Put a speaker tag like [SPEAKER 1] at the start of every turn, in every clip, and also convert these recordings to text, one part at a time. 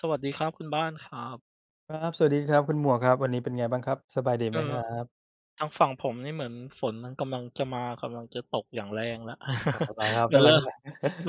[SPEAKER 1] สวัสดีครับคุณบ้านครับ
[SPEAKER 2] ครับสวัสดีครับคุณหมวกครับวันนี้เป็นไงบ้างครับสบายดี
[SPEAKER 1] เอ
[SPEAKER 2] ไหมค
[SPEAKER 1] อ
[SPEAKER 2] รับ
[SPEAKER 1] ทางฝั่งผมนี่เหมือนฝนมันกำลังจะมากำลังจะตกอย่างแรงแล้ว
[SPEAKER 2] อ๋อเหรอครั บ
[SPEAKER 1] มัน
[SPEAKER 2] กำลั
[SPEAKER 1] เริ่
[SPEAKER 2] ง
[SPEAKER 1] ม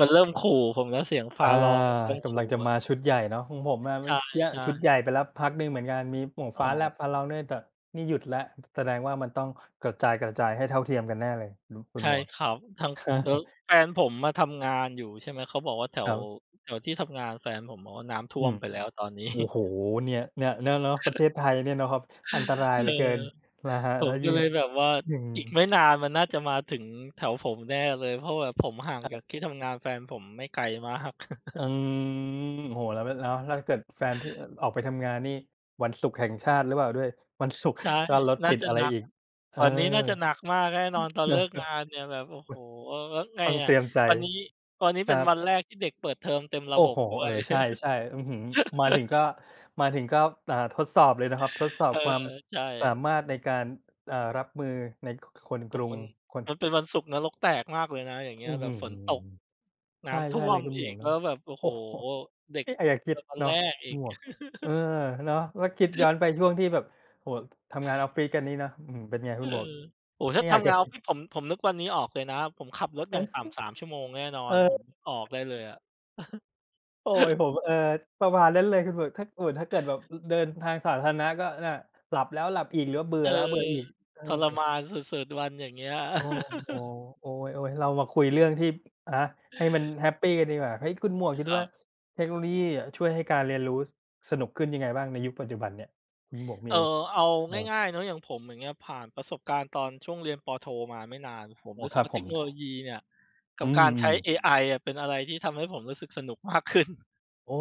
[SPEAKER 1] มัน เริ่มขู่ผมแล้วเสียง
[SPEAKER 2] อ
[SPEAKER 1] ฟ้าร้องมัน
[SPEAKER 2] า
[SPEAKER 1] เริ่ม
[SPEAKER 2] กำลั
[SPEAKER 1] ขู่
[SPEAKER 2] งจะ
[SPEAKER 1] อะ
[SPEAKER 2] มาชุดใหญ่เนาะของผมอะม
[SPEAKER 1] ใช่
[SPEAKER 2] เนี่ยชุดให
[SPEAKER 1] ใช่
[SPEAKER 2] ญ่ไปแล้วพักหนึ่งเหมือนกันมีหมวก
[SPEAKER 1] อ๋อ
[SPEAKER 2] ฟ้าแลบฟ้าร้องด้วยแต่นี่หยุดแล้วแสดงว่ามันต้องกระจายให้เท่าเทียมกันแน่เลยดูคุณ
[SPEAKER 1] ใช่
[SPEAKER 2] หมวก
[SPEAKER 1] ครับทาง แล้วแฟนผมมาทำงานอยู่ใช่ไหมเขาบอกว่าแถ
[SPEAKER 2] ค
[SPEAKER 1] ว
[SPEAKER 2] รับ
[SPEAKER 1] แถวที่ทำงานแฟนผมบอกว่าน้ำท่
[SPEAKER 2] อื
[SPEAKER 1] วม
[SPEAKER 2] ม
[SPEAKER 1] ไปแล้วตอนนี้
[SPEAKER 2] โอ้โฮเนี่ยเนาะๆประเทศไทยเนี่ยเนาะครับอันตรา ยเห
[SPEAKER 1] เ
[SPEAKER 2] ลือเกิน
[SPEAKER 1] ออ
[SPEAKER 2] นะฮะ
[SPEAKER 1] ผ
[SPEAKER 2] แล้
[SPEAKER 1] ม
[SPEAKER 2] ว
[SPEAKER 1] ก็
[SPEAKER 2] ยิ่ง
[SPEAKER 1] เลยแบบว่า
[SPEAKER 2] อืม
[SPEAKER 1] อีกไม่นานมันน่าจะมาถึงแถวผมแน่เลยเพราะแบบผมห่างจากที่ทำงานแฟนผมไม่ไกลมาก
[SPEAKER 2] อืมโอ้โฮแล้วถ้าเกิดแฟนที่อออกไปทำงานนี่วันศุกร์แห่งชาติหรือเปล่าด้วย วันศุกร์
[SPEAKER 1] ใช่
[SPEAKER 2] แล้วรถ
[SPEAKER 1] น่า
[SPEAKER 2] ติด
[SPEAKER 1] จะ
[SPEAKER 2] อะไร
[SPEAKER 1] น้
[SPEAKER 2] อีกเออ
[SPEAKER 1] วันนี้น่าจะหนักมากแน่นอนตอนเลิก งาน เนี่ยแบบโอ้โฮแล้วไง
[SPEAKER 2] ต้องเต
[SPEAKER 1] อะ
[SPEAKER 2] รียมใจ
[SPEAKER 1] วันนี้วันนี้
[SPEAKER 2] ค
[SPEAKER 1] เป็น
[SPEAKER 2] รั
[SPEAKER 1] วัน
[SPEAKER 2] บ
[SPEAKER 1] แรกที่เด็กเปิดเทอมเต็มระบ
[SPEAKER 2] โอ้
[SPEAKER 1] บ
[SPEAKER 2] โฮ
[SPEAKER 1] ด้ว
[SPEAKER 2] เอ
[SPEAKER 1] ย
[SPEAKER 2] อใช่ๆอื้อฮือมาถึงก็มาถึงก็ทดสอบเลยนะครับทดสอ บ
[SPEAKER 1] เออ
[SPEAKER 2] ความ
[SPEAKER 1] ใช่
[SPEAKER 2] สามารถในการรับมือในคคน
[SPEAKER 1] ผ
[SPEAKER 2] ก
[SPEAKER 1] ม
[SPEAKER 2] รุง
[SPEAKER 1] มัน
[SPEAKER 2] คน
[SPEAKER 1] มันเป็นวันศุกร์นรกแตกมากเลยนะอย่างเงี้ย
[SPEAKER 2] อื้อ
[SPEAKER 1] แบ
[SPEAKER 2] ฮื
[SPEAKER 1] บ
[SPEAKER 2] อ
[SPEAKER 1] ฝนตก
[SPEAKER 2] ใช่
[SPEAKER 1] น้ำท่ว
[SPEAKER 2] ๆเล
[SPEAKER 1] ม
[SPEAKER 2] ยคุณหม
[SPEAKER 1] อี
[SPEAKER 2] ว
[SPEAKER 1] ก
[SPEAKER 2] ก
[SPEAKER 1] แล้
[SPEAKER 2] เนาะ
[SPEAKER 1] วแบบโอ้ โฮ
[SPEAKER 2] โอ้โฮ
[SPEAKER 1] เด็ก
[SPEAKER 2] ไม่อยากจะคิ
[SPEAKER 1] เป
[SPEAKER 2] ด
[SPEAKER 1] วันแร
[SPEAKER 2] เนาะ
[SPEAKER 1] กอี
[SPEAKER 2] คุณ
[SPEAKER 1] ก
[SPEAKER 2] หมวกเออเนาะแล้วคิดย้อนไปช่วงที่แบบโอ้โฮทำงานออฟฟิศกันนี่เนาะอื้อฮือเป็นไง
[SPEAKER 1] เอ
[SPEAKER 2] คุณหมวก
[SPEAKER 1] อโอ้โฮถ้า
[SPEAKER 2] ไม่อยาก
[SPEAKER 1] ทำ
[SPEAKER 2] จะ
[SPEAKER 1] งานออ
[SPEAKER 2] คิ
[SPEAKER 1] ฟฟิศ
[SPEAKER 2] ด
[SPEAKER 1] ผมนึกวันนี้ออกเลยนะผมขับรถอย่างต่ำ3ชั่วโมงแน่นอนผม
[SPEAKER 2] เออ
[SPEAKER 1] นึกออกได้เลยอะ
[SPEAKER 2] โอ๊ยผมเออประมาณนั้นเลยคุณหมวกถ้าโอ้ถ้าเกิดแบบอเดินทางสาธารณะก็น่ะหลับแล้วหลับอีกหรือว่าเบื่
[SPEAKER 1] เอ
[SPEAKER 2] อ
[SPEAKER 1] อ
[SPEAKER 2] แล้วเบื่ออีกเออ
[SPEAKER 1] ทรมานสุดๆวันอย่างเงี้ย
[SPEAKER 2] โอ้โฮโอ๊ยๆเรามาคุยเรื่องที่อะฮะให้มันแฮปปีกันดีกว่าเฮ้ยคุณหมวกคิ
[SPEAKER 1] ค
[SPEAKER 2] ด
[SPEAKER 1] รั
[SPEAKER 2] ว่า
[SPEAKER 1] บ
[SPEAKER 2] เทคโนโลยีอะช่วยให้การเรียนรู้สนุกขึ้นยังไงบ้างในยุคปัจจุบันเนี่ยคุณหมวก
[SPEAKER 1] เอ
[SPEAKER 2] มี
[SPEAKER 1] อเอา
[SPEAKER 2] โอ้
[SPEAKER 1] ง่ายๆเนาะอย่างผมอย่างเงี้ยผ่านประสบการณ์ตอนช่วงเรียนปโทมาไม่นานผม
[SPEAKER 2] โอ้
[SPEAKER 1] รู้สึ
[SPEAKER 2] ค
[SPEAKER 1] ก
[SPEAKER 2] รับ
[SPEAKER 1] ว่า
[SPEAKER 2] ผ
[SPEAKER 1] เทคโนโล
[SPEAKER 2] ม
[SPEAKER 1] ยีเนี่ยกั
[SPEAKER 2] อื
[SPEAKER 1] บการ
[SPEAKER 2] ม
[SPEAKER 1] ใช้เอไออะเป็นอะไรที่ทำให้ผมรู้สึกสนุกมากขึ้น
[SPEAKER 2] ๆโอ้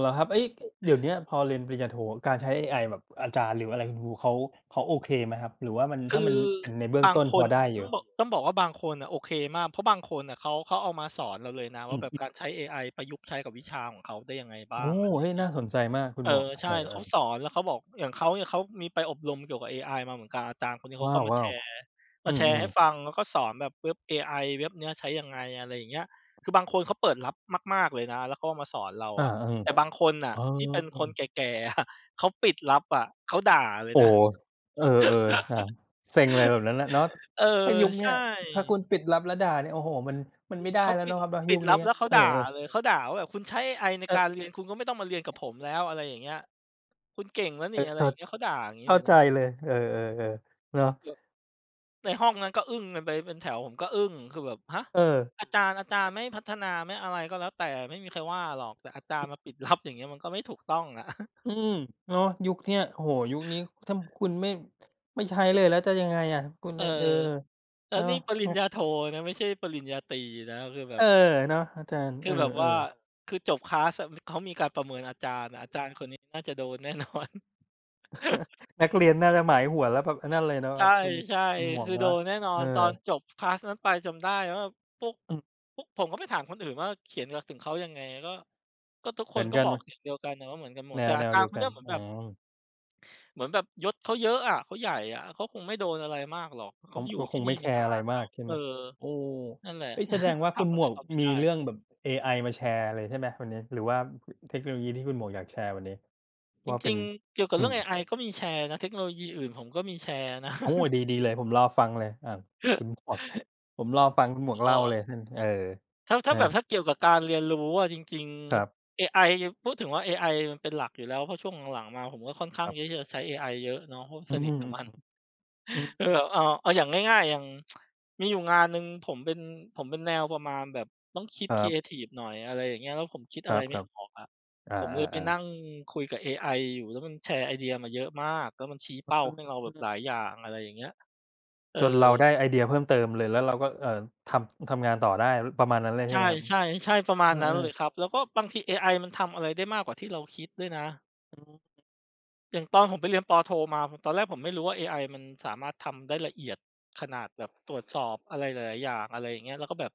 [SPEAKER 2] เหรอครับ เอ๊ยเดี๋ยวเนี้ยพอเรียนปริญญาโทการใช้เอไอแบบอาจารย์หรืออะไรคุณครูเขาเขาโอเคไหมครับ หรือว่ามันถ้า
[SPEAKER 1] คือ
[SPEAKER 2] มันเป็นในเบื้อง
[SPEAKER 1] บาง
[SPEAKER 2] ต้น
[SPEAKER 1] ค
[SPEAKER 2] พอ
[SPEAKER 1] น
[SPEAKER 2] ได้อ
[SPEAKER 1] ต้
[SPEAKER 2] ยู่
[SPEAKER 1] องบอกต้องบอกว่าบางคนน่ะโอเคมากเพราะบางคนน่ะเขาเอามาสอนเราเลยนะ
[SPEAKER 2] อื
[SPEAKER 1] ว่าแบบการ
[SPEAKER 2] ม
[SPEAKER 1] ใช้เอไอประยุกต์ใช้กับวิชาของเขาได้ยังไง
[SPEAKER 2] ๆ
[SPEAKER 1] บ้า
[SPEAKER 2] โอ้
[SPEAKER 1] งอะ
[SPEAKER 2] เฮ้ย
[SPEAKER 1] ไร
[SPEAKER 2] น่าสนใจมากคุณ
[SPEAKER 1] เออ
[SPEAKER 2] หมวก
[SPEAKER 1] ใช่
[SPEAKER 2] เอ
[SPEAKER 1] เขา
[SPEAKER 2] อ
[SPEAKER 1] สอนแล้วเขาบอกอย่างเขาเนี่ยเขามีไปอบรมเกี่ยวกับเอไอมาเหมือนกันอาจารย์คนนี้
[SPEAKER 2] ๆ
[SPEAKER 1] เขา
[SPEAKER 2] ว้
[SPEAKER 1] ก็มาแช
[SPEAKER 2] าว
[SPEAKER 1] ร์
[SPEAKER 2] ๆ
[SPEAKER 1] มา
[SPEAKER 2] อื
[SPEAKER 1] แชร์ให้
[SPEAKER 2] มๆ
[SPEAKER 1] ฟังแล้วก็สอนแบบเว็บเอไอเว็บเนี้ยใช้ยังไงอะไรอย่างเงี้ยคือบางคนเขาเปิดรับมากๆเลยนะแล้วเขาก็มาสอนเราอะ
[SPEAKER 2] อืม
[SPEAKER 1] แต่บางคนน่ะ
[SPEAKER 2] เออ
[SPEAKER 1] ที่เป็นคนแก่ๆ อะเขาปิดรับอะเขาด่าเลย
[SPEAKER 2] โอ้
[SPEAKER 1] นะ
[SPEAKER 2] โฮเออๆเซ็งเลยแบบนั้นน่ะเนาะ
[SPEAKER 1] เออ
[SPEAKER 2] ถ้ายุคเนี้
[SPEAKER 1] ใช่
[SPEAKER 2] ยถ้าคุณปิดลับและด่าเนี่ยโอ้โฮมันไม่ได้
[SPEAKER 1] เขา
[SPEAKER 2] แล้ว
[SPEAKER 1] ปิด
[SPEAKER 2] เนาะครับเนาะ
[SPEAKER 1] ปิ
[SPEAKER 2] ยุ
[SPEAKER 1] ด
[SPEAKER 2] ค
[SPEAKER 1] รับ
[SPEAKER 2] นี้
[SPEAKER 1] แล้วเขา
[SPEAKER 2] เออ
[SPEAKER 1] ด่า
[SPEAKER 2] ๆเอ
[SPEAKER 1] เลยเขาด่าว่าแบบคุณใช้เอไอในการ
[SPEAKER 2] อ
[SPEAKER 1] เรียนคุณก็ไม่ต้องมาเรียนกับผมแล้วอะไรอย่างเงี้ยคุณเก่งแล้ว
[SPEAKER 2] เอ
[SPEAKER 1] นี่
[SPEAKER 2] อ
[SPEAKER 1] อะไรอย่างเงี้ยเขาด่าอย่างงี้
[SPEAKER 2] เข้า
[SPEAKER 1] เลย
[SPEAKER 2] ใจ
[SPEAKER 1] นะ
[SPEAKER 2] เลยเออๆๆเนาะ
[SPEAKER 1] ในห้องนั้นก็อึ้งกันไปเป็นแถวผมก็อึ้งคือแบบฮะ
[SPEAKER 2] เออ
[SPEAKER 1] อาจารย์ไม่พัฒนาไม่อะไรก็แล้วแต่ไม่มีใครว่าหรอกแต่อาจารย์มาปิดลับอย่างเงี้ยมันก็ไม่ถูกต้องอะ
[SPEAKER 2] อืมเนาะยุคเนี้ยโอ้โฮยุคนี้ถ้าคุณไม่ใช้เลยแล้วจะยังไงอะคุณ
[SPEAKER 1] เออ
[SPEAKER 2] นะเออ
[SPEAKER 1] แล้ว
[SPEAKER 2] เนาะ
[SPEAKER 1] นี่ปริญ
[SPEAKER 2] นะ
[SPEAKER 1] ญาโทนะไม่ใช่ปริญญาตรีนะคือแบ
[SPEAKER 2] เอ
[SPEAKER 1] บ
[SPEAKER 2] อเนาะอาจารย์
[SPEAKER 1] คื
[SPEAKER 2] เอ
[SPEAKER 1] อ
[SPEAKER 2] อ
[SPEAKER 1] แบบว่าคือจบคลาสอะเขามีการประเมินอาจารย์อะอาจารย์คนนี้น่าจะโดนแน่ นอน
[SPEAKER 2] ๆนักเรียนน่าจะหมายหัวแล้วแบบไอ้นั่นเลยเนาะค
[SPEAKER 1] ใช่
[SPEAKER 2] รับ
[SPEAKER 1] ใช่
[SPEAKER 2] คุณหมวก
[SPEAKER 1] คือโด
[SPEAKER 2] เนาะ
[SPEAKER 1] นแน่นอ
[SPEAKER 2] เอ
[SPEAKER 1] นตอ
[SPEAKER 2] อ
[SPEAKER 1] นจบคลาสนั้นไปจำได้ว่าพวก
[SPEAKER 2] อืม
[SPEAKER 1] พวกผมก็ไปถามคนอื่นว่าเขียนกับถึงเขายังไงก็ก็ทุกค
[SPEAKER 2] เหมื
[SPEAKER 1] น
[SPEAKER 2] อน
[SPEAKER 1] ก็
[SPEAKER 2] กั
[SPEAKER 1] บ
[SPEAKER 2] น
[SPEAKER 1] อ
[SPEAKER 2] ไห
[SPEAKER 1] ก
[SPEAKER 2] ม
[SPEAKER 1] เสียงเดียวกันนะว่าเหมือนกันหมดแต่
[SPEAKER 2] แน
[SPEAKER 1] อา
[SPEAKER 2] ว
[SPEAKER 1] จาร
[SPEAKER 2] เดี
[SPEAKER 1] ย์
[SPEAKER 2] ยว
[SPEAKER 1] คน
[SPEAKER 2] กั
[SPEAKER 1] เนี้
[SPEAKER 2] น
[SPEAKER 1] ยเหมือน
[SPEAKER 2] อ๋อ
[SPEAKER 1] แบบเหมือนแบบยศเขาเยอะอะเขาใหญ่อะเขาคงไม่โดนอะไรมากหรอกเขา
[SPEAKER 2] เขา
[SPEAKER 1] อยู่
[SPEAKER 2] ก็ค
[SPEAKER 1] ที่
[SPEAKER 2] ง
[SPEAKER 1] นี่
[SPEAKER 2] ไม่แค
[SPEAKER 1] มานา
[SPEAKER 2] ร์อะไร
[SPEAKER 1] นแล้
[SPEAKER 2] มา
[SPEAKER 1] ว
[SPEAKER 2] กใช่
[SPEAKER 1] เออ
[SPEAKER 2] ไหมโอ้
[SPEAKER 1] นั่นแหละ
[SPEAKER 2] เฮ้ยแสด ง
[SPEAKER 1] ก็
[SPEAKER 2] ว่าคุณ
[SPEAKER 1] ทำ
[SPEAKER 2] ห
[SPEAKER 1] อะ
[SPEAKER 2] ม
[SPEAKER 1] ไร
[SPEAKER 2] วก
[SPEAKER 1] เขาไม่
[SPEAKER 2] มี
[SPEAKER 1] ได้
[SPEAKER 2] เรื่องแบบเอไอมาแชร์เลยใช่ไหมวันนี้หรือว่าเทคโนโลยีที่คุณหมวกอยากแชร์วันนี้
[SPEAKER 1] จ
[SPEAKER 2] ว่าเป็
[SPEAKER 1] ริ
[SPEAKER 2] น
[SPEAKER 1] งๆเกี่ยวกับ
[SPEAKER 2] อื
[SPEAKER 1] เรื่อ
[SPEAKER 2] ม
[SPEAKER 1] งเอไอก็มีแชร์นะ เทคโนโลยีอื่นผมก็มีแชร์นะ
[SPEAKER 2] โอ้ดีเลยผมรอฟังเลยอ่าคุณหมวก ผมรอฟังคุณหมวกเล่าเลย
[SPEAKER 1] ออ
[SPEAKER 2] ท่านเออ
[SPEAKER 1] ถ้าถ้า
[SPEAKER 2] ฮะ
[SPEAKER 1] แบบถ้าเกี่ยวกับการเรียนรู้อะจริง
[SPEAKER 2] ครับ
[SPEAKER 1] ๆเอไอพูดถึงว่าเอไอมันเป็นหลักอยู่แล้วเพราะช่วงหลังๆมาผมก็ค่อน
[SPEAKER 2] ค
[SPEAKER 1] ข้าง
[SPEAKER 2] รั
[SPEAKER 1] ที่
[SPEAKER 2] บ
[SPEAKER 1] จะใช้เอไอเยอะเนาะเพราะ
[SPEAKER 2] อื
[SPEAKER 1] สนิทกับมัน
[SPEAKER 2] มอืม
[SPEAKER 1] เออเอาอย่างง่ายๆอย่างมีอยู่งานหนึ่งผมเป็นแนวประมาณแบบต้องคิด
[SPEAKER 2] ค
[SPEAKER 1] ค
[SPEAKER 2] รั
[SPEAKER 1] รีเอ
[SPEAKER 2] บ
[SPEAKER 1] ทิฟหน่อยอะไรอย่างเงี้ยแล้วผมคิด
[SPEAKER 2] ค
[SPEAKER 1] อะไรไม่
[SPEAKER 2] รับ
[SPEAKER 1] ออกอะ
[SPEAKER 2] ๆ
[SPEAKER 1] ผมเลยไป
[SPEAKER 2] ๆ
[SPEAKER 1] นั่
[SPEAKER 2] ๆ
[SPEAKER 1] งคุยกับเอไออยู่แล้วมันแชร์ไอเดียมาเยอะมากแล้วมันชี้เป้า
[SPEAKER 2] อ
[SPEAKER 1] ให้เราแบ
[SPEAKER 2] ื
[SPEAKER 1] บหลาย
[SPEAKER 2] ม
[SPEAKER 1] อย่างอะไรอย่างเงี้ยเออ
[SPEAKER 2] จนเราได้ไอเดียเพิ่มเติมเลยแล้วเราก็ทำงานต่อได้ประมาณนั้นเลยใช่ไหม
[SPEAKER 1] ใช่
[SPEAKER 2] ครับ
[SPEAKER 1] ใช่ใช่ประมา
[SPEAKER 2] เอ
[SPEAKER 1] ณนั้น
[SPEAKER 2] อ
[SPEAKER 1] เลยครับแล้วก็บางทีเอไอมันทำอะไรได้มากกว่าที่เราคิดด้วยนะ
[SPEAKER 2] ๆอืม
[SPEAKER 1] อย่างตอนผมไปเรียนปโทมาผมตอนแรกผมไม่รู้ว่าเอไอมันสามารถทำได้ละเอียดขนาดแบบตรวจสอบอะไรหลายๆอย่างอะไรอย่างเงี้ยแล้วก็แบบ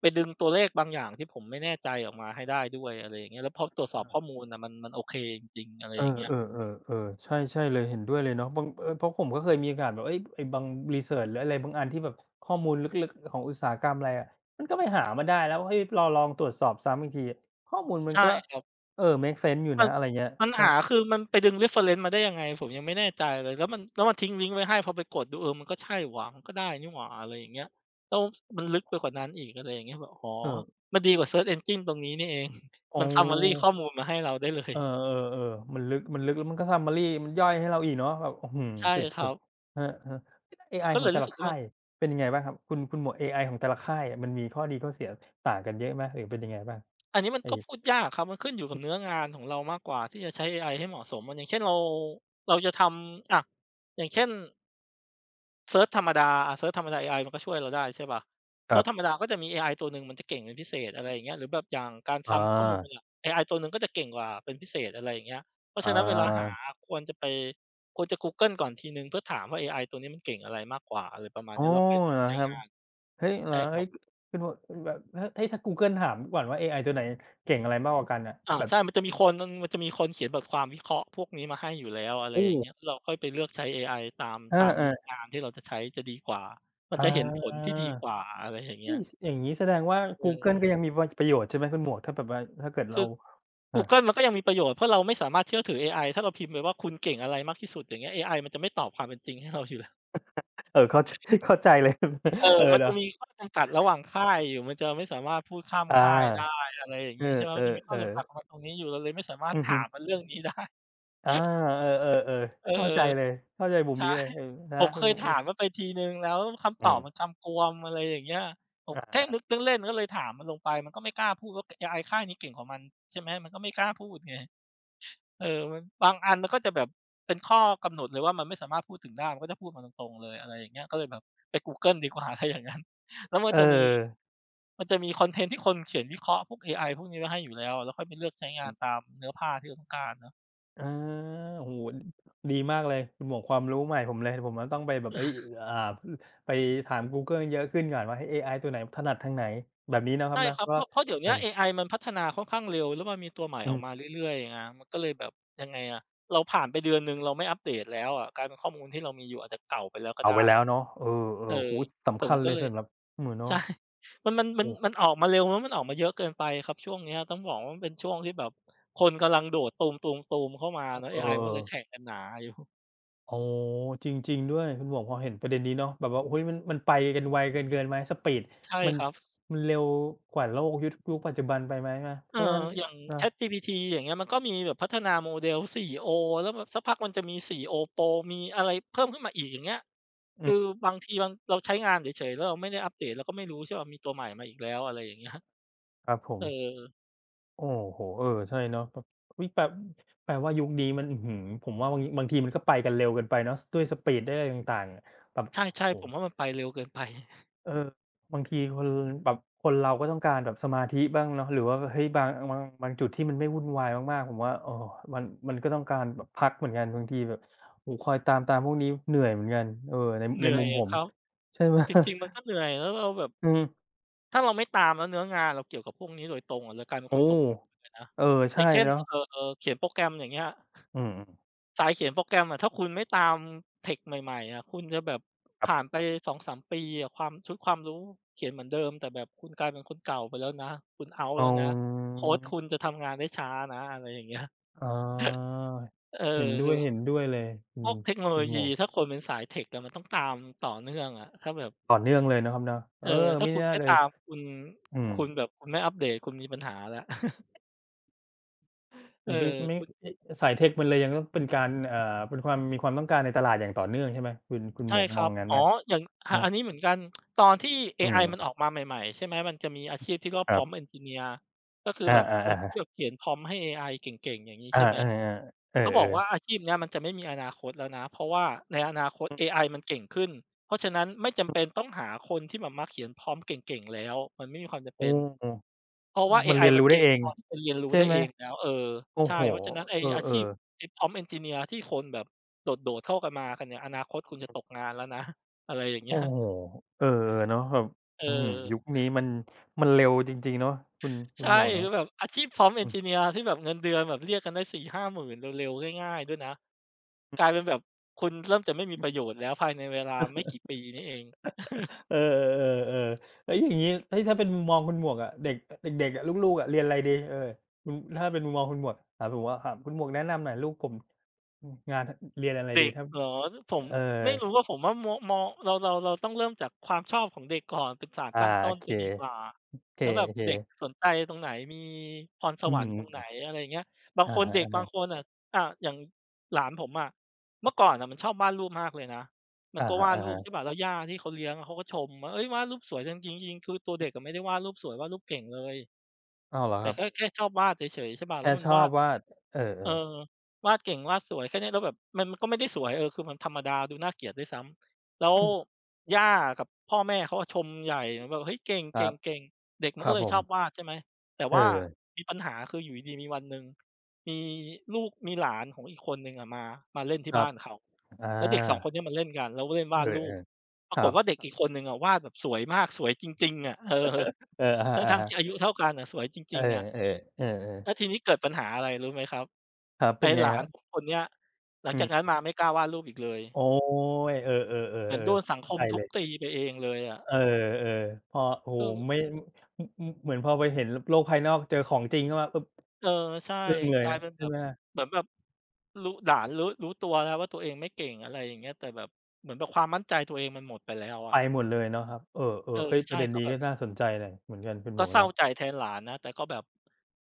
[SPEAKER 1] ไปดึงตัวเลขบางอย่างที่ผมไม่แน่ใจออกมาให้ได้ด้วยอะไรอย่างเงี้ยแล้วพอตรวจสอบข้อมูลน่ะมันโอเคจริงๆอะไร
[SPEAKER 2] เอ
[SPEAKER 1] อ
[SPEAKER 2] อ
[SPEAKER 1] ย่างเงี้ย
[SPEAKER 2] เออเออเออใช่ใช่เลย เห็นด้วยเลยเนาะบางเออเพราะผมก็เคยมีโอกาสแบบเฮ้ยไอ้บางรีเซิร์ชหรืออะไรบางอันที่แบบข้อมูลลึกๆของอุตสาหกรรมอะไรอะมันก็ไปหามาได้แล้วเฮ้ยเราลองตรวจสอบซ้ำอีกทีข้อมูลมัน
[SPEAKER 1] ใช่
[SPEAKER 2] ก็
[SPEAKER 1] ครับ
[SPEAKER 2] เออเมกเซนส์อยู่
[SPEAKER 1] มัน
[SPEAKER 2] นะอะไรเงี้ย
[SPEAKER 1] ปัญ
[SPEAKER 2] ใช่
[SPEAKER 1] หาคือมันไปดึง reference มาได้ยังไงผมยังไม่แน่ใจเลยแล้วมันทิ้งลิงก์ไว้ให้พอไปกดดูมันก็ใช่หว่ามันก็ได้นี่หว่าอะไรอย่างเงี้ยแล้วมันลึกไปกว่านั้นอีกอะไรอย่างเงี้ยแบบอ๋อ
[SPEAKER 2] เออ
[SPEAKER 1] มันดีกว่า Search Engine ตรงนี้นี่เอง
[SPEAKER 2] อ๋อ
[SPEAKER 1] มัน summary ข้อมูลมาให้เราได้เลย
[SPEAKER 2] เออๆๆมันลึกแล้วมันก็ summary มันย่อยให้เราอีกเนาะแบบอื้อฮือ
[SPEAKER 1] ใช่
[SPEAKER 2] ส
[SPEAKER 1] ค
[SPEAKER 2] ุ
[SPEAKER 1] รั
[SPEAKER 2] ด
[SPEAKER 1] บ
[SPEAKER 2] ๆครับๆเอไอ
[SPEAKER 1] ก็
[SPEAKER 2] ข
[SPEAKER 1] เล
[SPEAKER 2] อง
[SPEAKER 1] ย
[SPEAKER 2] แต่
[SPEAKER 1] รู้
[SPEAKER 2] ละ
[SPEAKER 1] สึกว่า
[SPEAKER 2] ค่า
[SPEAKER 1] มัน
[SPEAKER 2] ยเป็นยังไงบ้างครับคุณหมวกเอไอของแต่ละค่ายอะมันมีข้อดีข้อเสียต่างกันเยอะไหมหรือเป็นยังไงบ้าง
[SPEAKER 1] อันนี้มัน
[SPEAKER 2] ไอ้
[SPEAKER 1] ก็พูดยากครับมันขึ้นอยู่กับเนื้องานของเรามากกว่าที่จะใช้เอไอให้เหมาะสมอย่างเช่นเราจะทำอะอย่างเช่น เซิร์ชธรรมดา AI มันก็ช่วยเราได้ใช่เปล่า
[SPEAKER 2] ค
[SPEAKER 1] เซิ
[SPEAKER 2] รั
[SPEAKER 1] ร์ชธรรม
[SPEAKER 2] บ
[SPEAKER 1] ดาก็จะมี AI ตัวหนึ่งมันจะเก่งเป็นพิเศษอะไรอย่างเงี้ยหรือแบบอย่างการ
[SPEAKER 2] อ
[SPEAKER 1] ซัมข้อมูล
[SPEAKER 2] า
[SPEAKER 1] อะ AI ตัวหนึ่งก็จะเก่งกว่าเป็นพิเศษอะไรอย่างเงี้ยเพราะ
[SPEAKER 2] อา
[SPEAKER 1] ฉะนั้นเวลาหาควรจะไปควรจะกูเกิลก่อนทีหนึ่งเพื่อถามว่า AI ตัวนี้มันเก่งอะไรมากกว่าอะไรประมาณ
[SPEAKER 2] อ๋อ
[SPEAKER 1] เนี้ยแล้วค่อยมา
[SPEAKER 2] เหรอ
[SPEAKER 1] ใช้
[SPEAKER 2] ครับ
[SPEAKER 1] งาน
[SPEAKER 2] เฮ้ยเหร
[SPEAKER 1] ใช่
[SPEAKER 2] อ
[SPEAKER 1] ค
[SPEAKER 2] เฮ้
[SPEAKER 1] รั
[SPEAKER 2] ย
[SPEAKER 1] บ
[SPEAKER 2] คือแวแบบถ้าเฮ้ยถ้า Google ถามก่อนว่าเอไอตัวไหนเก่งอะไรมากกว่ากันอะ
[SPEAKER 1] อา
[SPEAKER 2] แบบ
[SPEAKER 1] ใช่มันจะมีคนเขียนบทความวิเคราะห์พวกนี้มาให้อยู่แล้วอะไรอ
[SPEAKER 2] อู้
[SPEAKER 1] ย่างเงี้ยเราค่อยไปเลือกใช้ AI ตาม
[SPEAKER 2] เอ
[SPEAKER 1] ตามนิ
[SPEAKER 2] อ
[SPEAKER 1] ยา
[SPEAKER 2] ๆ
[SPEAKER 1] มที่เราจะใช้จะดีกว่ามัน
[SPEAKER 2] อ
[SPEAKER 1] จะเห็นผล
[SPEAKER 2] า
[SPEAKER 1] ที่ดีกว่าอะไรอย่างเงี้
[SPEAKER 2] เฮ้
[SPEAKER 1] ย
[SPEAKER 2] ยสอย่างงี้แสดงว่า Google
[SPEAKER 1] เอ
[SPEAKER 2] ก็
[SPEAKER 1] อ
[SPEAKER 2] ยังมีปประโยชน์ใช่ไหมคุณหมวกถ้าแบบว่าถ้าเกิด
[SPEAKER 1] คื
[SPEAKER 2] เรา
[SPEAKER 1] อ กู
[SPEAKER 2] อา
[SPEAKER 1] เกิลมันก็ยังมีประโยชน์เพราะเราไม่สามารถเชื่อถือเอไอถ้าเราพิมพ์ไปว่าคุณเก่งอะไรมากที่สุดอย่างเงี้ยเอไอมันจะไม่ตอบความเป็นจริงให้เราอยู่แล้ว
[SPEAKER 2] เออเข้าจ เข้าใจเลย
[SPEAKER 1] เออ
[SPEAKER 2] เออ
[SPEAKER 1] มันจะ
[SPEAKER 2] เนาะ
[SPEAKER 1] มีข้อจำกัดระหว่างค่ายอยู่มันจะไม่สามารถพูดข้าม
[SPEAKER 2] อ
[SPEAKER 1] ค่ายได้
[SPEAKER 2] า
[SPEAKER 1] อะไรอย่าง
[SPEAKER 2] เอ
[SPEAKER 1] งี้ใช่ไหมมันจะมีข้อ
[SPEAKER 2] อ
[SPEAKER 1] จำกัด
[SPEAKER 2] ๆๆ
[SPEAKER 1] ของมันตรงนี้อยู่เราเลยไม่สามารถ
[SPEAKER 2] อือ
[SPEAKER 1] ถา
[SPEAKER 2] ฮึ
[SPEAKER 1] มมันเรื่องนี้ได้
[SPEAKER 2] อาเออๆ
[SPEAKER 1] เออ
[SPEAKER 2] ๆเข้าใจเลยเข้าใจมุม
[SPEAKER 1] ใช่
[SPEAKER 2] นี้เลยเออนะ
[SPEAKER 1] ผม
[SPEAKER 2] คุ
[SPEAKER 1] เค
[SPEAKER 2] ณ
[SPEAKER 1] ย
[SPEAKER 2] อื
[SPEAKER 1] ถา
[SPEAKER 2] อ
[SPEAKER 1] มมันไปทีหนึ่งแล้วคำต
[SPEAKER 2] อื
[SPEAKER 1] อ
[SPEAKER 2] ม
[SPEAKER 1] บมันคำกวมอะไรอย่างเงี้ยผมแค่
[SPEAKER 2] อา
[SPEAKER 1] นึกเล่นๆก็เลยถามมันลงไปมันก็ไม่กล้าพูดว่าเอไอค่ายนี้เก่งกว่ามันใช่ไหมมันก็ไม่กล้าพูดไง เออบางอันมันก็จะแบบเป็นข้อกำหนดเลยว่ามันไม่สามารถพูดถึงได้มันก็จะพูดมาตรงๆเลยอะไรอย่างเงี้ยก็เลยแบบไปกูเกิลดีกว่าถ้าอย่างงั้น แล้ว
[SPEAKER 2] ๆเออ
[SPEAKER 1] มันจะมีคอนเทนต์ที่คนเขียนวิเคราะห์พวกเอไอพวกนี้ไว้ให้อยู่แล้วแล้วค่อยไปเลือกใช้งานตามเนื้อผ้าที่เราต้องการเนาะ
[SPEAKER 2] อาโอ้โฮดีมากเลยคุณหมวกความรู้ใหม่ผมเลยผมว่าต้องไปแบบเฮ้ยอ่าไปถามกูเกิลเยอะขึ้นก่อนว่าเฮ้ยเอไอตัวไหนถนัดทางไหนแบบนี้นะครั
[SPEAKER 1] ใช่
[SPEAKER 2] บนะ
[SPEAKER 1] ครับ
[SPEAKER 2] ก็
[SPEAKER 1] เพราะเดี๋ยว
[SPEAKER 2] เอ
[SPEAKER 1] เนี้
[SPEAKER 2] อ
[SPEAKER 1] ยเอไอมันพัฒนาค่อนข้างเร็วแล้วมันมีตัวใหม่
[SPEAKER 2] อื
[SPEAKER 1] ออก
[SPEAKER 2] ม
[SPEAKER 1] มาเรื่อยๆไงมันก็เลยแบบยังไงอะเราผ่านไปเดือนหนึ่งเราไม่อัปเดตแล้วอะกลายเป็นข้อมูลที่เรามีอยู่อาจจะเก่าไปแล้วก็
[SPEAKER 2] เอาไว้
[SPEAKER 1] ได้
[SPEAKER 2] แล้ว
[SPEAKER 1] อะ
[SPEAKER 2] เนาะเออ
[SPEAKER 1] เอ
[SPEAKER 2] ๆโอ้
[SPEAKER 1] อ
[SPEAKER 2] โฮ
[SPEAKER 1] ผ
[SPEAKER 2] สำ
[SPEAKER 1] ม
[SPEAKER 2] คัญ
[SPEAKER 1] ก็
[SPEAKER 2] เลย
[SPEAKER 1] เลย
[SPEAKER 2] สำหรับหมวกเนาะ
[SPEAKER 1] ใช่ มันมันมัน
[SPEAKER 2] โอ้
[SPEAKER 1] มันออกมาเร็วแล้วมันออกมาเยอะเกินไปครับช่วงเนี้ยต้องบอกว่ามันเป็นช่วงที่แบบคนกำลังโดดตูมๆๆเข้ามาเนาะ
[SPEAKER 2] เอ
[SPEAKER 1] เอ
[SPEAKER 2] อ
[SPEAKER 1] ไอมันก็เลยแข่ง
[SPEAKER 2] ๆ
[SPEAKER 1] กันหนาอยู่
[SPEAKER 2] อ๋อจริงๆด้วยคุณหมวกพอเห็นประเด็นนี้เนาะแบบว่าโอ้โฮมันไปกันไวเกินไหมสปีด
[SPEAKER 1] ใช่
[SPEAKER 2] มัน
[SPEAKER 1] ครับ
[SPEAKER 2] มันเร็วกว่าโลกยุคปัจจุบันไปไหมนะเพ
[SPEAKER 1] เออ
[SPEAKER 2] ราะฉะนั้น
[SPEAKER 1] อย่าง
[SPEAKER 2] นะ
[SPEAKER 1] ChatGPT อย่างเงี้ยมันก็มีแบบพัฒนาโมเดล 4o แล้วแบบสักพักมันจะมี 4o Pro มีอะไรเพิ่มขึ้นมาอีกอย่างเงี้ย
[SPEAKER 2] อื
[SPEAKER 1] คือ
[SPEAKER 2] ม
[SPEAKER 1] บางทีบางเราใช้งานเฉยๆแล้วเราไม่ได้อัปเดตเราก็ไม่รู้ใช่เปล่ามีตัวใหม่มาอีกแล้วอะไรอย่างเงี้ย
[SPEAKER 2] ครับผ
[SPEAKER 1] เอ
[SPEAKER 2] ม
[SPEAKER 1] อ
[SPEAKER 2] โอ้โฮเออใช่เนาะแบบอุ๊ยแปลว่ายุคนี้มันอื้อฮือผมว่าบางทีมันก็ไปกันเร็วเกินไปเนาะด้วยสปีดด้วยอะไรต่างๆอะแบบ
[SPEAKER 1] ใช่
[SPEAKER 2] โอ้
[SPEAKER 1] ๆผ
[SPEAKER 2] โฮ
[SPEAKER 1] มว่ามันไปเร็วเกินไป
[SPEAKER 2] เออบางทีคนแบบคนเราก็ต้องการแบบสมาธิบ้างเนาะหรือว่าเฮ้ยบางจุดที่มันไม่วุ่นวายมากๆผมว่าเออมันมันก็ต้องการแบบพักเหมือนกันบางทีแบบโอ้โฮคอยตามๆพวกนี้เหนื่อยเหมือนกันเออใน
[SPEAKER 1] เห
[SPEAKER 2] ใน
[SPEAKER 1] นื่อ
[SPEAKER 2] มุ
[SPEAKER 1] ย
[SPEAKER 2] มผ
[SPEAKER 1] อะ
[SPEAKER 2] ม
[SPEAKER 1] ครับ
[SPEAKER 2] ใช่ไหม
[SPEAKER 1] จริง ๆมันก็เหนื่อยแล้วเราแบบ
[SPEAKER 2] อืม
[SPEAKER 1] ถ้าเราไม่ตามแล้วเนื้องานเราเกี่ยวกับพวกนี้โดยตรงอะเรากลายเป็นค
[SPEAKER 2] โอ้
[SPEAKER 1] นตกยุคไปเลยนะ
[SPEAKER 2] เออ
[SPEAKER 1] อ
[SPEAKER 2] ใช่
[SPEAKER 1] ย่างเช่น
[SPEAKER 2] เนาะ
[SPEAKER 1] เขียนโปรแกรมอย่างเงี้ย
[SPEAKER 2] อืม
[SPEAKER 1] สายเขียนโปรแกรมอะถ้าคุณไม่ตามเทคใหม่ๆอะคุณจะแบบ
[SPEAKER 2] ๆครับ
[SPEAKER 1] ผ่านไปสองสามปีอะความชุดความรู้เขียนเหมือนเดิมแต่แบบคุณกลายเป็นคนเก่าไปแล้วนะคุณ out
[SPEAKER 2] อ๋อ
[SPEAKER 1] แล้วนะโคดคุณจะทำงานได้ช้านะอะไรอย่างเงี้ย
[SPEAKER 2] อ๋อ
[SPEAKER 1] เออ
[SPEAKER 2] เห็น
[SPEAKER 1] คื
[SPEAKER 2] ด้
[SPEAKER 1] อ
[SPEAKER 2] วย
[SPEAKER 1] แบบ
[SPEAKER 2] เห็นด้วยเลยอื
[SPEAKER 1] พว
[SPEAKER 2] ม
[SPEAKER 1] กเทคโนโล
[SPEAKER 2] คุณหม
[SPEAKER 1] ยี
[SPEAKER 2] วก
[SPEAKER 1] ถ้าคนเป็นสายเทคอะมันต้องตามต่อเนื่องอะถ้าแบบ
[SPEAKER 2] ต่อเนื่องเลยนะครับเนาะ
[SPEAKER 1] เออ
[SPEAKER 2] เออ
[SPEAKER 1] ถ้า
[SPEAKER 2] ไม่
[SPEAKER 1] คุณ
[SPEAKER 2] น่า
[SPEAKER 1] ไม่
[SPEAKER 2] เลย
[SPEAKER 1] ตามคุณ
[SPEAKER 2] อืม
[SPEAKER 1] คุณแบบคุณไม่อัปเดตคุณมีปัญหาแล้ว
[SPEAKER 2] ผ
[SPEAKER 1] เอ
[SPEAKER 2] มพี่
[SPEAKER 1] อ
[SPEAKER 2] ไม่อิสายเทคมันเลยยังต้องเป็นการเป็นความมีความต้องการในตลาดอย่างต่อเนื่องใช่ไหมคุณหม
[SPEAKER 1] ใช่
[SPEAKER 2] วก
[SPEAKER 1] ค
[SPEAKER 2] มอ
[SPEAKER 1] รั
[SPEAKER 2] ง
[SPEAKER 1] บ
[SPEAKER 2] งั้น
[SPEAKER 1] อ๋
[SPEAKER 2] ไหม
[SPEAKER 1] ออย่างอา
[SPEAKER 2] นะ
[SPEAKER 1] อันนี้เหมือนกันตอนที่เอ
[SPEAKER 2] อื
[SPEAKER 1] ไอมันอ
[SPEAKER 2] ม
[SPEAKER 1] อกมาใหม่ๆใช่ไหมมันจะมีอาชีพที่เรียก
[SPEAKER 2] ค
[SPEAKER 1] ว่า
[SPEAKER 2] รั
[SPEAKER 1] Prompt
[SPEAKER 2] บ
[SPEAKER 1] Engineer ก็คือ
[SPEAKER 2] อา
[SPEAKER 1] แบบคนที่แบ
[SPEAKER 2] ๆๆ
[SPEAKER 1] บเขียน prompt ให้เอไอเก่งๆอย่างงี้
[SPEAKER 2] อา
[SPEAKER 1] ใช่ไหม
[SPEAKER 2] เออๆเออ
[SPEAKER 1] เขาบอกว่า
[SPEAKER 2] ๆ
[SPEAKER 1] อาชีพเนี้ยมันจะไม่มีอนาคตแล้วนะเพราะว่าในอนาคต
[SPEAKER 2] อือ
[SPEAKER 1] เอไอมันเก่งขึ้นเพราะฉะนั้นไม่จำเป็นต้องหาคนที่แบบมาเขียน prompt เก่งๆแล้วมันไม่มีความจำ
[SPEAKER 2] โอ้
[SPEAKER 1] เป็น เพราะว่าเอ
[SPEAKER 2] มัน
[SPEAKER 1] ไอ
[SPEAKER 2] เรียน
[SPEAKER 1] มัน
[SPEAKER 2] รู้ได้
[SPEAKER 1] เก่ง
[SPEAKER 2] เอง
[SPEAKER 1] พอที่จะเรียนรู้
[SPEAKER 2] ใช่
[SPEAKER 1] ได้
[SPEAKER 2] ไหม
[SPEAKER 1] เองแล้วเออ
[SPEAKER 2] โอ้
[SPEAKER 1] ใช่
[SPEAKER 2] โฮ
[SPEAKER 1] เพราะฉะนั้นไอ้
[SPEAKER 2] เ
[SPEAKER 1] อา
[SPEAKER 2] อ
[SPEAKER 1] ชีพ
[SPEAKER 2] อๆ
[SPEAKER 1] ไอ้ Prompt Engineer ที่คนแบบโดดๆเข้ากันมากันเนี่ยอนาคตคุณจะตกงานแล้วนะ อะไรอย่าง
[SPEAKER 2] โอ้
[SPEAKER 1] เงี้ย
[SPEAKER 2] โฮเออๆเนาะแบบ
[SPEAKER 1] เอ
[SPEAKER 2] อื้อฮือ
[SPEAKER 1] อ
[SPEAKER 2] ยุคนี้มันเร็วจริงๆเนาะคุณคุณ
[SPEAKER 1] ใช่
[SPEAKER 2] หมวกเนาะ
[SPEAKER 1] คือแบบอาชีพ Prompt Engineer ที่แบบเงินเดือนแบบเรียกกันได้4่ห้า5มื่นเร็วๆง่ายๆด้วยนะกลายเป็นแบบคุณเริ่มจะไม่มีประโยชน์แล้วภายในเวลาไม่กี่ปีนี้เอง
[SPEAKER 2] เออเออเล้วอย่างงี้เฮ้ยถ้าเป็นมุมมองคุณหมวกอะเด็กเด็กๆอะลูกๆอะเรียนอะไรดีเออคุณถ้าเป็นมุมมองคุณหมวกถามผมว่าถามคุณหมวกแนะนำหน่อยลูกผมอืมงานเรียนอะไรดี
[SPEAKER 1] เด็ก
[SPEAKER 2] ถ้า
[SPEAKER 1] เหรอผม
[SPEAKER 2] เออ
[SPEAKER 1] ไม่รู้อะผมว่ามอมอเราต้องเริ่มจากความชอบของเด็กก่อนเป็นสาร
[SPEAKER 2] อา
[SPEAKER 1] ตั้งต้
[SPEAKER 2] โอ
[SPEAKER 1] น
[SPEAKER 2] เค
[SPEAKER 1] จะดีกว่า
[SPEAKER 2] เค
[SPEAKER 1] แล้วแบบเด็ก
[SPEAKER 2] ๆ
[SPEAKER 1] สนใจตรงไหนมีพรส
[SPEAKER 2] อื
[SPEAKER 1] วรรค์ตรงไหน
[SPEAKER 2] ม
[SPEAKER 1] อะไรอย่างเงี้ยบา
[SPEAKER 2] ๆ
[SPEAKER 1] ง
[SPEAKER 2] อะ
[SPEAKER 1] คน
[SPEAKER 2] ฮะ
[SPEAKER 1] เด็กบางคน
[SPEAKER 2] ๆ
[SPEAKER 1] อะอย่างหลานผมอะเมื่อก่อนน่ะมันชอบวาดรูปมากเลยนะมัน
[SPEAKER 2] อะ
[SPEAKER 1] ก็
[SPEAKER 2] ฮ
[SPEAKER 1] วาดรูป
[SPEAKER 2] ะ
[SPEAKER 1] ใช่เปล่าแล้วย่าที่เขาเลี้ยงอะเขาก็ชมว่าเฮ้ยวาดรูปสวยจังจริงๆคือตัวเด็กอะไม่ได้วาดรูปสวยวาดรูปเก่งเลย
[SPEAKER 2] ๆอ้าวเหรอค
[SPEAKER 1] แต่
[SPEAKER 2] รับ
[SPEAKER 1] แค่ชอบวาดเฉยๆใช่เปล่าแล้
[SPEAKER 2] แค่
[SPEAKER 1] วมัน
[SPEAKER 2] ชอ
[SPEAKER 1] วา
[SPEAKER 2] บ
[SPEAKER 1] ด
[SPEAKER 2] ว่าดเอ
[SPEAKER 1] เออ
[SPEAKER 2] อ
[SPEAKER 1] วาดเก่งวาดสวยแค่เนี้ยแล้วแบบมันก็ไม่ได้สวยเออคือมันธรรมดาดูน่าเกลียดด้วยซ้ำแล้
[SPEAKER 2] ๆ
[SPEAKER 1] ว
[SPEAKER 2] อืม
[SPEAKER 1] ย่ากับพ่อแม่เขาอะชมใหญ่แบบเฮ้ยเก
[SPEAKER 2] ครับ
[SPEAKER 1] ่งๆๆเด็กมั
[SPEAKER 2] ค
[SPEAKER 1] น
[SPEAKER 2] รั
[SPEAKER 1] ก็
[SPEAKER 2] บ
[SPEAKER 1] เลย
[SPEAKER 2] ผ
[SPEAKER 1] ชอบวา
[SPEAKER 2] ม
[SPEAKER 1] ดใช่ไหมแต่
[SPEAKER 2] เอ
[SPEAKER 1] ว่า
[SPEAKER 2] อ
[SPEAKER 1] มีปัญหาคืออยู่ดีๆมีวันหนึ่งมีลูกมีหลานของอีกคนหนึ่งอะมาเล่น
[SPEAKER 2] ค
[SPEAKER 1] ที่
[SPEAKER 2] รั
[SPEAKER 1] บ้า
[SPEAKER 2] บ
[SPEAKER 1] นเขา
[SPEAKER 2] อา
[SPEAKER 1] แล้วเด็กสองคนเนี้ยมันเล่นกันแล้วเล่น
[SPEAKER 2] เอ
[SPEAKER 1] วาดรูป
[SPEAKER 2] อ
[SPEAKER 1] ป
[SPEAKER 2] ๆค
[SPEAKER 1] ราก
[SPEAKER 2] รั
[SPEAKER 1] ฏ
[SPEAKER 2] บ
[SPEAKER 1] ว่าเด็กอีกคนหนึ่งอะวาดแบบสวยมากสวยจริงๆอะเออ
[SPEAKER 2] เอออะ
[SPEAKER 1] ทั้งๆ
[SPEAKER 2] ฮะ
[SPEAKER 1] ที่อายุเท่ากันอะสวยจ
[SPEAKER 2] ๆเออ
[SPEAKER 1] ริงๆอะ
[SPEAKER 2] ๆเออๆ
[SPEAKER 1] แล้วทีนี้เกิดปัญหาอะไรรู้ไหมครับ
[SPEAKER 2] ครับเป็
[SPEAKER 1] ไอ้
[SPEAKER 2] นไง
[SPEAKER 1] หลา
[SPEAKER 2] ค
[SPEAKER 1] น
[SPEAKER 2] รับ
[SPEAKER 1] ผมคนเนี้ยหลัง
[SPEAKER 2] อื
[SPEAKER 1] จากนั้น
[SPEAKER 2] ม
[SPEAKER 1] มาไม่กล้าวาดรูปอีกเลย
[SPEAKER 2] โอ๊ยเออ
[SPEAKER 1] เหมือนโด
[SPEAKER 2] ๆ
[SPEAKER 1] น
[SPEAKER 2] ๆ
[SPEAKER 1] สัง
[SPEAKER 2] ๆผม
[SPEAKER 1] ค
[SPEAKER 2] เข้า
[SPEAKER 1] ม
[SPEAKER 2] ใจ
[SPEAKER 1] ทุ
[SPEAKER 2] เล
[SPEAKER 1] บตี
[SPEAKER 2] ย
[SPEAKER 1] ไปเองเลยอะ
[SPEAKER 2] เออๆพอโอ้โฮ
[SPEAKER 1] เออ
[SPEAKER 2] ไม่ออเหมือนพอไปเห็นโลกภายนอกเจอของจริงเข้ามาปุ๊บ
[SPEAKER 1] เออใช่
[SPEAKER 2] อึ้งเล
[SPEAKER 1] ก
[SPEAKER 2] ย
[SPEAKER 1] ลาย
[SPEAKER 2] นะ
[SPEAKER 1] เป็นแบ
[SPEAKER 2] ใช่
[SPEAKER 1] บ
[SPEAKER 2] ไหม
[SPEAKER 1] เหมือนแบบรู้หลานรู้รู้ตัวแล้วว่าตัวเองไม่เก่งอะไรอย่างเงี้ยแต่แบบเหมือนแบบความมั่นใจตัวเองมันหมดไปแล้ว
[SPEAKER 2] ไป
[SPEAKER 1] อะ
[SPEAKER 2] หมดเลยเนาะครับเอ
[SPEAKER 1] เอ
[SPEAKER 2] อๆ
[SPEAKER 1] อ
[SPEAKER 2] เฮ้ยประ
[SPEAKER 1] ใช่
[SPEAKER 2] เด็น
[SPEAKER 1] ก็
[SPEAKER 2] นี้
[SPEAKER 1] แบบ
[SPEAKER 2] ก็น่าสนใจเลยเหมือนกันคุณหม
[SPEAKER 1] ก็
[SPEAKER 2] วก
[SPEAKER 1] เศร้า
[SPEAKER 2] เนาะ
[SPEAKER 1] ใจแทนหลานนะแต่ก็แบบ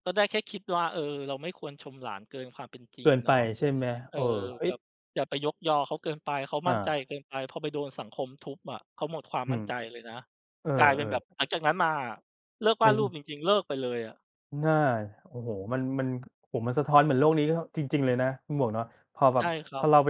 [SPEAKER 1] ก็ได้แค่คิดว่าเออเราไม่ควรชมหลานเกินความเป็นจริง
[SPEAKER 2] เกินไป
[SPEAKER 1] เนาะอะไร
[SPEAKER 2] ใช่
[SPEAKER 1] อ
[SPEAKER 2] ไห
[SPEAKER 1] ย่า
[SPEAKER 2] ม
[SPEAKER 1] งเงี้ยเออ
[SPEAKER 2] เออเฮ้
[SPEAKER 1] แบ
[SPEAKER 2] ย
[SPEAKER 1] บอย่าไปยกยอเขาเกินไปเขามั่น
[SPEAKER 2] อา
[SPEAKER 1] ใจเกินไปพอไปโดนสังคมทุบอะเขาหมดความ
[SPEAKER 2] อื
[SPEAKER 1] มั่น
[SPEAKER 2] ม
[SPEAKER 1] ใจเลยนะ
[SPEAKER 2] เ
[SPEAKER 1] กลายเป็นแบบ
[SPEAKER 2] ออ
[SPEAKER 1] หลังจากนั้นมาอะเลิก
[SPEAKER 2] ๆ
[SPEAKER 1] วา
[SPEAKER 2] มั
[SPEAKER 1] ด
[SPEAKER 2] น
[SPEAKER 1] รูปจริงๆเลิกไปเลยอะ
[SPEAKER 2] น่าโอ้โฮมันโอ้โฮมันสะท้อนเหมือนโลกนี้ก็จริงๆเลยนะคุณหมวกเนาะพอแบบ
[SPEAKER 1] ใช่ครับ
[SPEAKER 2] ถ้าเราไป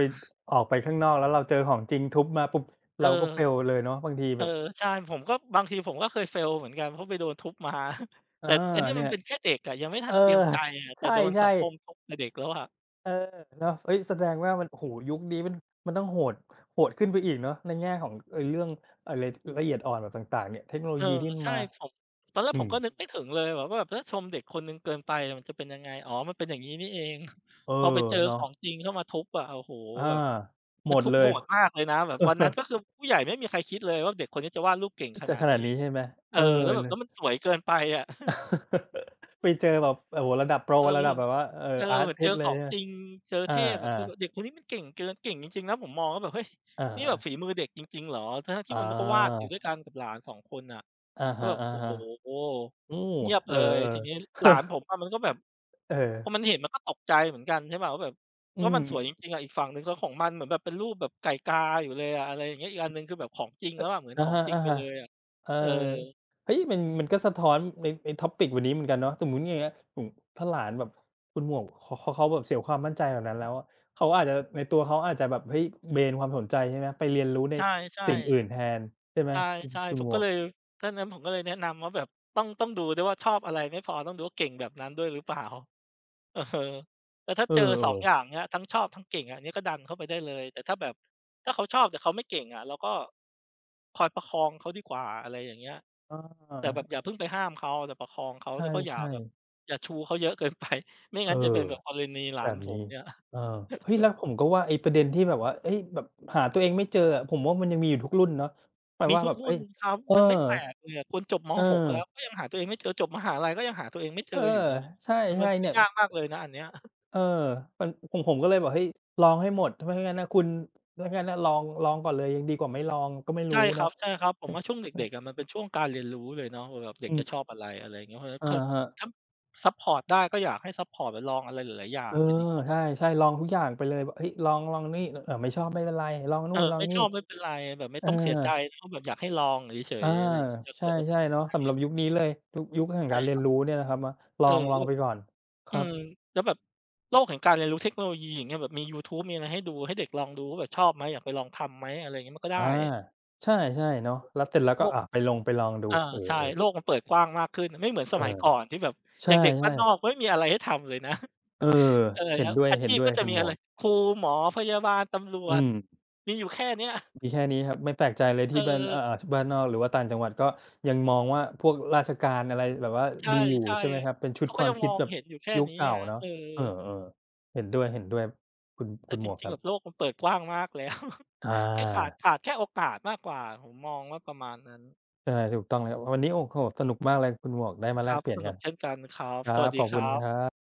[SPEAKER 2] ออกไปข้างนอกแล้วเราเจอของจริงทุบมาปุ๊บ
[SPEAKER 1] เออ
[SPEAKER 2] เราก็ fail เลยเนาะบางที
[SPEAKER 1] เอ
[SPEAKER 2] แบ
[SPEAKER 1] อ
[SPEAKER 2] บ
[SPEAKER 1] ใช่ผมก็บางทีผมก็เคย fail เหมือนกันเพราะไปโดนทุบมา
[SPEAKER 2] เออ
[SPEAKER 1] แต่อันเนี้ยมั
[SPEAKER 2] เนี่
[SPEAKER 1] น
[SPEAKER 2] ย
[SPEAKER 1] เป็นแค่เด็กอะยังไม่ทั
[SPEAKER 2] เอ
[SPEAKER 1] น
[SPEAKER 2] อ
[SPEAKER 1] เตรียมใจอะแต่โดนสั
[SPEAKER 2] ใช่
[SPEAKER 1] งคมทุ
[SPEAKER 2] ๆ
[SPEAKER 1] บแต่เด็กแล้วอะ
[SPEAKER 2] เออเนาะเฮ้ยแสดงว่ามันโอ้โฮยุคนี้มันมันต้องโหดขึ้นไปอีกเนาะในแง่ของไอ้เรื่องอะไรละเอียดอ่อนแบบต่างๆเนี่ยเทคโนโล
[SPEAKER 1] เออ
[SPEAKER 2] ยีที่มัน
[SPEAKER 1] ใช่
[SPEAKER 2] มา
[SPEAKER 1] ตอนแรก
[SPEAKER 2] อื
[SPEAKER 1] ผม
[SPEAKER 2] ม
[SPEAKER 1] ก็นึกไม่ถึงเลยแบบว่าแบบถ้าชมเด็กคนหนึ่งเกินไปอะมันจะเป็นยังไงอ๋อมันเป็นอย่างงี้นี่เอง
[SPEAKER 2] เออ
[SPEAKER 1] พอไปเจอข
[SPEAKER 2] เนาะ
[SPEAKER 1] องจริงเข้ามาทุบอะโอ้โฮ
[SPEAKER 2] อา
[SPEAKER 1] แบบ
[SPEAKER 2] หม
[SPEAKER 1] มัน
[SPEAKER 2] ด
[SPEAKER 1] ทุบ
[SPEAKER 2] เล
[SPEAKER 1] โห
[SPEAKER 2] ย
[SPEAKER 1] ดมากเลยนะแบบวันนั้นก็คือ ผู้ใหญ่ไม่มีใครคิดเลยว่าเด็กคนนี้จะวาดรูปเก่งข
[SPEAKER 2] จะ
[SPEAKER 1] นาด
[SPEAKER 2] ขนาด
[SPEAKER 1] นี้
[SPEAKER 2] นี้ใช่ไหม
[SPEAKER 1] เอ
[SPEAKER 2] เอ
[SPEAKER 1] อ
[SPEAKER 2] อ
[SPEAKER 1] แล้วแบบ
[SPEAKER 2] นะ
[SPEAKER 1] แล้วมันสวยเกินไปอะ
[SPEAKER 2] ไปเจอแบบโอ้โฮระดับโปร
[SPEAKER 1] เออ
[SPEAKER 2] ระดับแบบว่า
[SPEAKER 1] เออ
[SPEAKER 2] อาร์
[SPEAKER 1] เหมือน
[SPEAKER 2] ติ
[SPEAKER 1] เจอ
[SPEAKER 2] สต์เล
[SPEAKER 1] ข
[SPEAKER 2] ย
[SPEAKER 1] อง
[SPEAKER 2] ใช่ไหม
[SPEAKER 1] จริงเจอ
[SPEAKER 2] อา
[SPEAKER 1] เทพอะคือแบบเด็กคนนี้มันเก่งเกินเก่งจริงๆนะผมมองแล้วแบบเฮ้ย
[SPEAKER 2] ๆอะ
[SPEAKER 1] นี่แบ
[SPEAKER 2] ฮะ
[SPEAKER 1] บฝีมือเด็กจริงๆเหรอทั้งๆ
[SPEAKER 2] อ
[SPEAKER 1] ที่มันก็วาดอยู่
[SPEAKER 2] า
[SPEAKER 1] ด้วยกันกับหลานสองคนน่ะ
[SPEAKER 2] อะ
[SPEAKER 1] ก็
[SPEAKER 2] ฮะ
[SPEAKER 1] แบบโอ้โฮ
[SPEAKER 2] ๆโอ้
[SPEAKER 1] เงียบ
[SPEAKER 2] เออ
[SPEAKER 1] เลยทีนี้
[SPEAKER 2] ๆ
[SPEAKER 1] หลานผมอะมันก็แบบ
[SPEAKER 2] เออ
[SPEAKER 1] พอมันเห็นมันก็ตกใจเหมือนกันใช่เปล่าว่าแบบ
[SPEAKER 2] อื
[SPEAKER 1] ว่า
[SPEAKER 2] ม
[SPEAKER 1] มันสวยจริงๆอะอีกฝั่งหนึ่งก็ของมันเหมือนแบบเป็นรูปแบบไก่กาอยู่เลยอะอะไรอย่างเงี้ยอีกอันหนึ่งคือแบบของจริงแล้วอะเหมือนข
[SPEAKER 2] อะ
[SPEAKER 1] อง
[SPEAKER 2] ฮะ
[SPEAKER 1] จริงไปเลยอะ
[SPEAKER 2] ๆ เออ
[SPEAKER 1] เออ
[SPEAKER 2] เฮ้ยมันก็สะท้อนใน topic วันนี้เหมือนกันเนาะสมมุติอย่างเงี้ยอืมถ้าหลานแบบคุณหมวกเขาแบบเสียความมั่นใจแบบนั้นแล้วอะเขาอาจจะในตัวเขาอาจจะแบบเฮ้ยเบนความสนใจใช่ไหมไปเรียนรู้ใน
[SPEAKER 1] ใช่
[SPEAKER 2] สิ่งอื่น
[SPEAKER 1] ๆ
[SPEAKER 2] แทนใช่ไหม
[SPEAKER 1] ใช่
[SPEAKER 2] คุณ
[SPEAKER 1] ใช่
[SPEAKER 2] คุณ
[SPEAKER 1] ผ
[SPEAKER 2] ห
[SPEAKER 1] ม
[SPEAKER 2] ม
[SPEAKER 1] ก็
[SPEAKER 2] วก
[SPEAKER 1] เลยตอนนั้นผมก็เลยแนะนำว่าแบบต้องดูด้วยว่าชอบอะไรไม่พอต้องดูว่าเก่งแบบนั้นด้วยหรือเปล่า เออแต่ถ้า
[SPEAKER 2] เอ
[SPEAKER 1] เจอ2อ
[SPEAKER 2] อ
[SPEAKER 1] งอย่าง
[SPEAKER 2] ๆ
[SPEAKER 1] เนี้ยทั้งชอบทั้งเก่งอะอันนี้ก็ดันเข้าไปได้เลยแต่ถ้าแบบถ้าเขาชอบแต่เขาไม่เก่งอะเราก็คอยประคองเขาดีกว่าอะไรอย่างเงี้ย
[SPEAKER 2] อ
[SPEAKER 1] แต่แบบ
[SPEAKER 2] า
[SPEAKER 1] อย่าเพิ่งไปห้ามเขาแต่ประคองเขา
[SPEAKER 2] ใ
[SPEAKER 1] แล้วก็อย่า
[SPEAKER 2] ช่
[SPEAKER 1] แบบ
[SPEAKER 2] ๆ
[SPEAKER 1] อย่าชูเขาเยอะเกินไป ไม่
[SPEAKER 2] เอ
[SPEAKER 1] งั้นจะเป็น
[SPEAKER 2] อ
[SPEAKER 1] แบบกรณีหลา
[SPEAKER 2] แบ
[SPEAKER 1] น
[SPEAKER 2] บ
[SPEAKER 1] ผ
[SPEAKER 2] นี้
[SPEAKER 1] มเนี่ย
[SPEAKER 2] เออเฮ้ย แล้วผมก็ว่าไอ้ประเด็นที่แบบว่าเฮ้ยแบบหาตัวเองไม่เจออะผมว่ามันยังมีอยู่ทุกรุ่นเนาะแบบ
[SPEAKER 1] มี
[SPEAKER 2] ว่า
[SPEAKER 1] ทุ
[SPEAKER 2] แบ
[SPEAKER 1] ก
[SPEAKER 2] บ
[SPEAKER 1] รุ่
[SPEAKER 2] เฮ้
[SPEAKER 1] น
[SPEAKER 2] ย
[SPEAKER 1] ครับ
[SPEAKER 2] เออ
[SPEAKER 1] มันไม่แปลกเลยอะคนจบม
[SPEAKER 2] เออ
[SPEAKER 1] 6แล้วก็ยังหาตัวเองไม่เจอจบมหาลัยก็ยังหาตัวเองไม่เจ
[SPEAKER 2] เอ
[SPEAKER 1] อ
[SPEAKER 2] อ
[SPEAKER 1] อยู่ดี
[SPEAKER 2] ใช
[SPEAKER 1] มัน
[SPEAKER 2] ่ๆ
[SPEAKER 1] พูด
[SPEAKER 2] เนี่ย
[SPEAKER 1] ยากมากเลยนะอันเนี้ย
[SPEAKER 2] เออมันผมก็เลยบอกเฮ้ยลองให้หมดถ้าไม่งั้นน่ะคุณไมงั้นน่ะลองก่อนเลยยังดีกว่าไม่ลองก็ไม่รู้
[SPEAKER 1] ใช่ครั
[SPEAKER 2] เนาะ
[SPEAKER 1] บใช่ครับผ
[SPEAKER 2] อ
[SPEAKER 1] มว่าช่วง
[SPEAKER 2] อ
[SPEAKER 1] เด็กๆอะมันเป็นช่วงการเรียนรู้เลยเนาะว่าแบบเด็ก
[SPEAKER 2] อืม
[SPEAKER 1] จะชอบอะไรอะไรอย่างเงี้ยเพราะฉะนั้น
[SPEAKER 2] อะ
[SPEAKER 1] เขา
[SPEAKER 2] ฮะ
[SPEAKER 1] ถ้าซัปพอร์ตได้ก็อยากให้ซัปพอร์ตไปลองอะไรหลายๆอย่าง
[SPEAKER 2] เออ
[SPEAKER 1] จะดีกว่า
[SPEAKER 2] ใช่ๆลองทุกอย่างไปเลยแบบเฮ้ยลองลองนี่ไม่ชอบไม่เป็นไรลอง
[SPEAKER 1] เอ
[SPEAKER 2] นู่
[SPEAKER 1] อ
[SPEAKER 2] นลอง
[SPEAKER 1] ไม่ช
[SPEAKER 2] นี่
[SPEAKER 1] อบไม่เป็นไรแบบไม่
[SPEAKER 2] เออ
[SPEAKER 1] ต้องเสียใจก็แบบอยากให้ลองเฉย
[SPEAKER 2] อา
[SPEAKER 1] ๆอะไรอย่างเงี้ยจะ
[SPEAKER 2] ใช
[SPEAKER 1] เปิดโอก
[SPEAKER 2] ่ๆเนาะ
[SPEAKER 1] าส
[SPEAKER 2] สำ
[SPEAKER 1] ให้
[SPEAKER 2] หรับยุคนี้เลยยุคแห่ง
[SPEAKER 1] ใช่
[SPEAKER 2] การเรี
[SPEAKER 1] ค
[SPEAKER 2] ยน
[SPEAKER 1] รับ
[SPEAKER 2] รู้เนี่ยนะครับเนาะล
[SPEAKER 1] เอ
[SPEAKER 2] อ
[SPEAKER 1] อ
[SPEAKER 2] งล
[SPEAKER 1] แล้
[SPEAKER 2] อ
[SPEAKER 1] ว
[SPEAKER 2] ง
[SPEAKER 1] แบบ
[SPEAKER 2] ไปก่อนค
[SPEAKER 1] อื
[SPEAKER 2] รับ
[SPEAKER 1] มแล้วแบบโลกแห่งการเรียนรู้เทคโนโลยีอย่างเงี้ยแบบมียูทูบมีอะไรให้ดูให้เด็กลองดูว่าแบบชอบไหมอยากไปลองทำไหมอะไรอย่างเงี้ยมันก็ได้
[SPEAKER 2] อาใช่ๆเนาะแล้วเสร็จแล้ว
[SPEAKER 1] โล
[SPEAKER 2] ก็
[SPEAKER 1] ก
[SPEAKER 2] ไปลงไปลองดู
[SPEAKER 1] อา
[SPEAKER 2] เอ
[SPEAKER 1] ใช่
[SPEAKER 2] อ
[SPEAKER 1] โล
[SPEAKER 2] ๆ
[SPEAKER 1] กมันเปิดกว้างมากขึ้นไม่เหมือนส
[SPEAKER 2] เออ
[SPEAKER 1] มัยก่อนที่แบบอ
[SPEAKER 2] ใช่
[SPEAKER 1] ย่างเด็กบ้านนอก
[SPEAKER 2] ๆ
[SPEAKER 1] ไม่มีอะไรให้ทำเลยนะ
[SPEAKER 2] เออ
[SPEAKER 1] เออ
[SPEAKER 2] เห็
[SPEAKER 1] แล้
[SPEAKER 2] น
[SPEAKER 1] ว
[SPEAKER 2] ด้วย
[SPEAKER 1] อาชีพก็
[SPEAKER 2] ๆ
[SPEAKER 1] จะ
[SPEAKER 2] คุณ
[SPEAKER 1] มี
[SPEAKER 2] หม
[SPEAKER 1] อะ
[SPEAKER 2] ว
[SPEAKER 1] ไร
[SPEAKER 2] ก
[SPEAKER 1] ครูหมอพยาบาลตำรว
[SPEAKER 2] อื
[SPEAKER 1] จ
[SPEAKER 2] ม
[SPEAKER 1] มีอยู่แค่เนี้ย
[SPEAKER 2] มีแค่นี้ครับไม่แปลกใจเลย
[SPEAKER 1] เอ
[SPEAKER 2] ที่บ้าน
[SPEAKER 1] อ
[SPEAKER 2] บ้านนอกหรือว่าต่างจังหวัดก็ยังมองว่าพวกราชการอะไรแบบว่า
[SPEAKER 1] ใ
[SPEAKER 2] ดีอยู่
[SPEAKER 1] ช่
[SPEAKER 2] ใช่ไหมครับเป็น
[SPEAKER 1] ๆ
[SPEAKER 2] ชุด
[SPEAKER 1] เขา
[SPEAKER 2] ค
[SPEAKER 1] ก็
[SPEAKER 2] วา
[SPEAKER 1] ยั
[SPEAKER 2] ม
[SPEAKER 1] งม
[SPEAKER 2] คิด
[SPEAKER 1] อง
[SPEAKER 2] แบบ
[SPEAKER 1] เห็นอยู่แค่
[SPEAKER 2] ยุค
[SPEAKER 1] นี้
[SPEAKER 2] เก่า
[SPEAKER 1] อะ
[SPEAKER 2] เนาะ
[SPEAKER 1] เออ
[SPEAKER 2] เออๆเห็นด้วยเห็นด้วยคุณ
[SPEAKER 1] แต่
[SPEAKER 2] คุณ
[SPEAKER 1] จ
[SPEAKER 2] หมวก
[SPEAKER 1] ริ
[SPEAKER 2] ค
[SPEAKER 1] งๆ
[SPEAKER 2] รั
[SPEAKER 1] แบบโล
[SPEAKER 2] บ
[SPEAKER 1] กมันเปิดกว้างมากแล้ว
[SPEAKER 2] อ
[SPEAKER 1] แค่ขาด
[SPEAKER 2] า
[SPEAKER 1] ขาดแค่โอกาสมากกว่าผมมองว่าประมาณนั้น
[SPEAKER 2] ใช่ถูกต้องเลยครับวันนี้โอ้โฮสนุกมากเลยคุณหมวกได้มา
[SPEAKER 1] ค
[SPEAKER 2] แล
[SPEAKER 1] รั
[SPEAKER 2] ก
[SPEAKER 1] บ
[SPEAKER 2] เปลี่
[SPEAKER 1] ส
[SPEAKER 2] ยน
[SPEAKER 1] นุ
[SPEAKER 2] กั
[SPEAKER 1] ก
[SPEAKER 2] น
[SPEAKER 1] เช่นกันครับ
[SPEAKER 2] ครั
[SPEAKER 1] สวั
[SPEAKER 2] บ
[SPEAKER 1] ส
[SPEAKER 2] ข
[SPEAKER 1] ดี
[SPEAKER 2] อบ
[SPEAKER 1] ค
[SPEAKER 2] คุณ
[SPEAKER 1] รั
[SPEAKER 2] ครั
[SPEAKER 1] บ
[SPEAKER 2] บ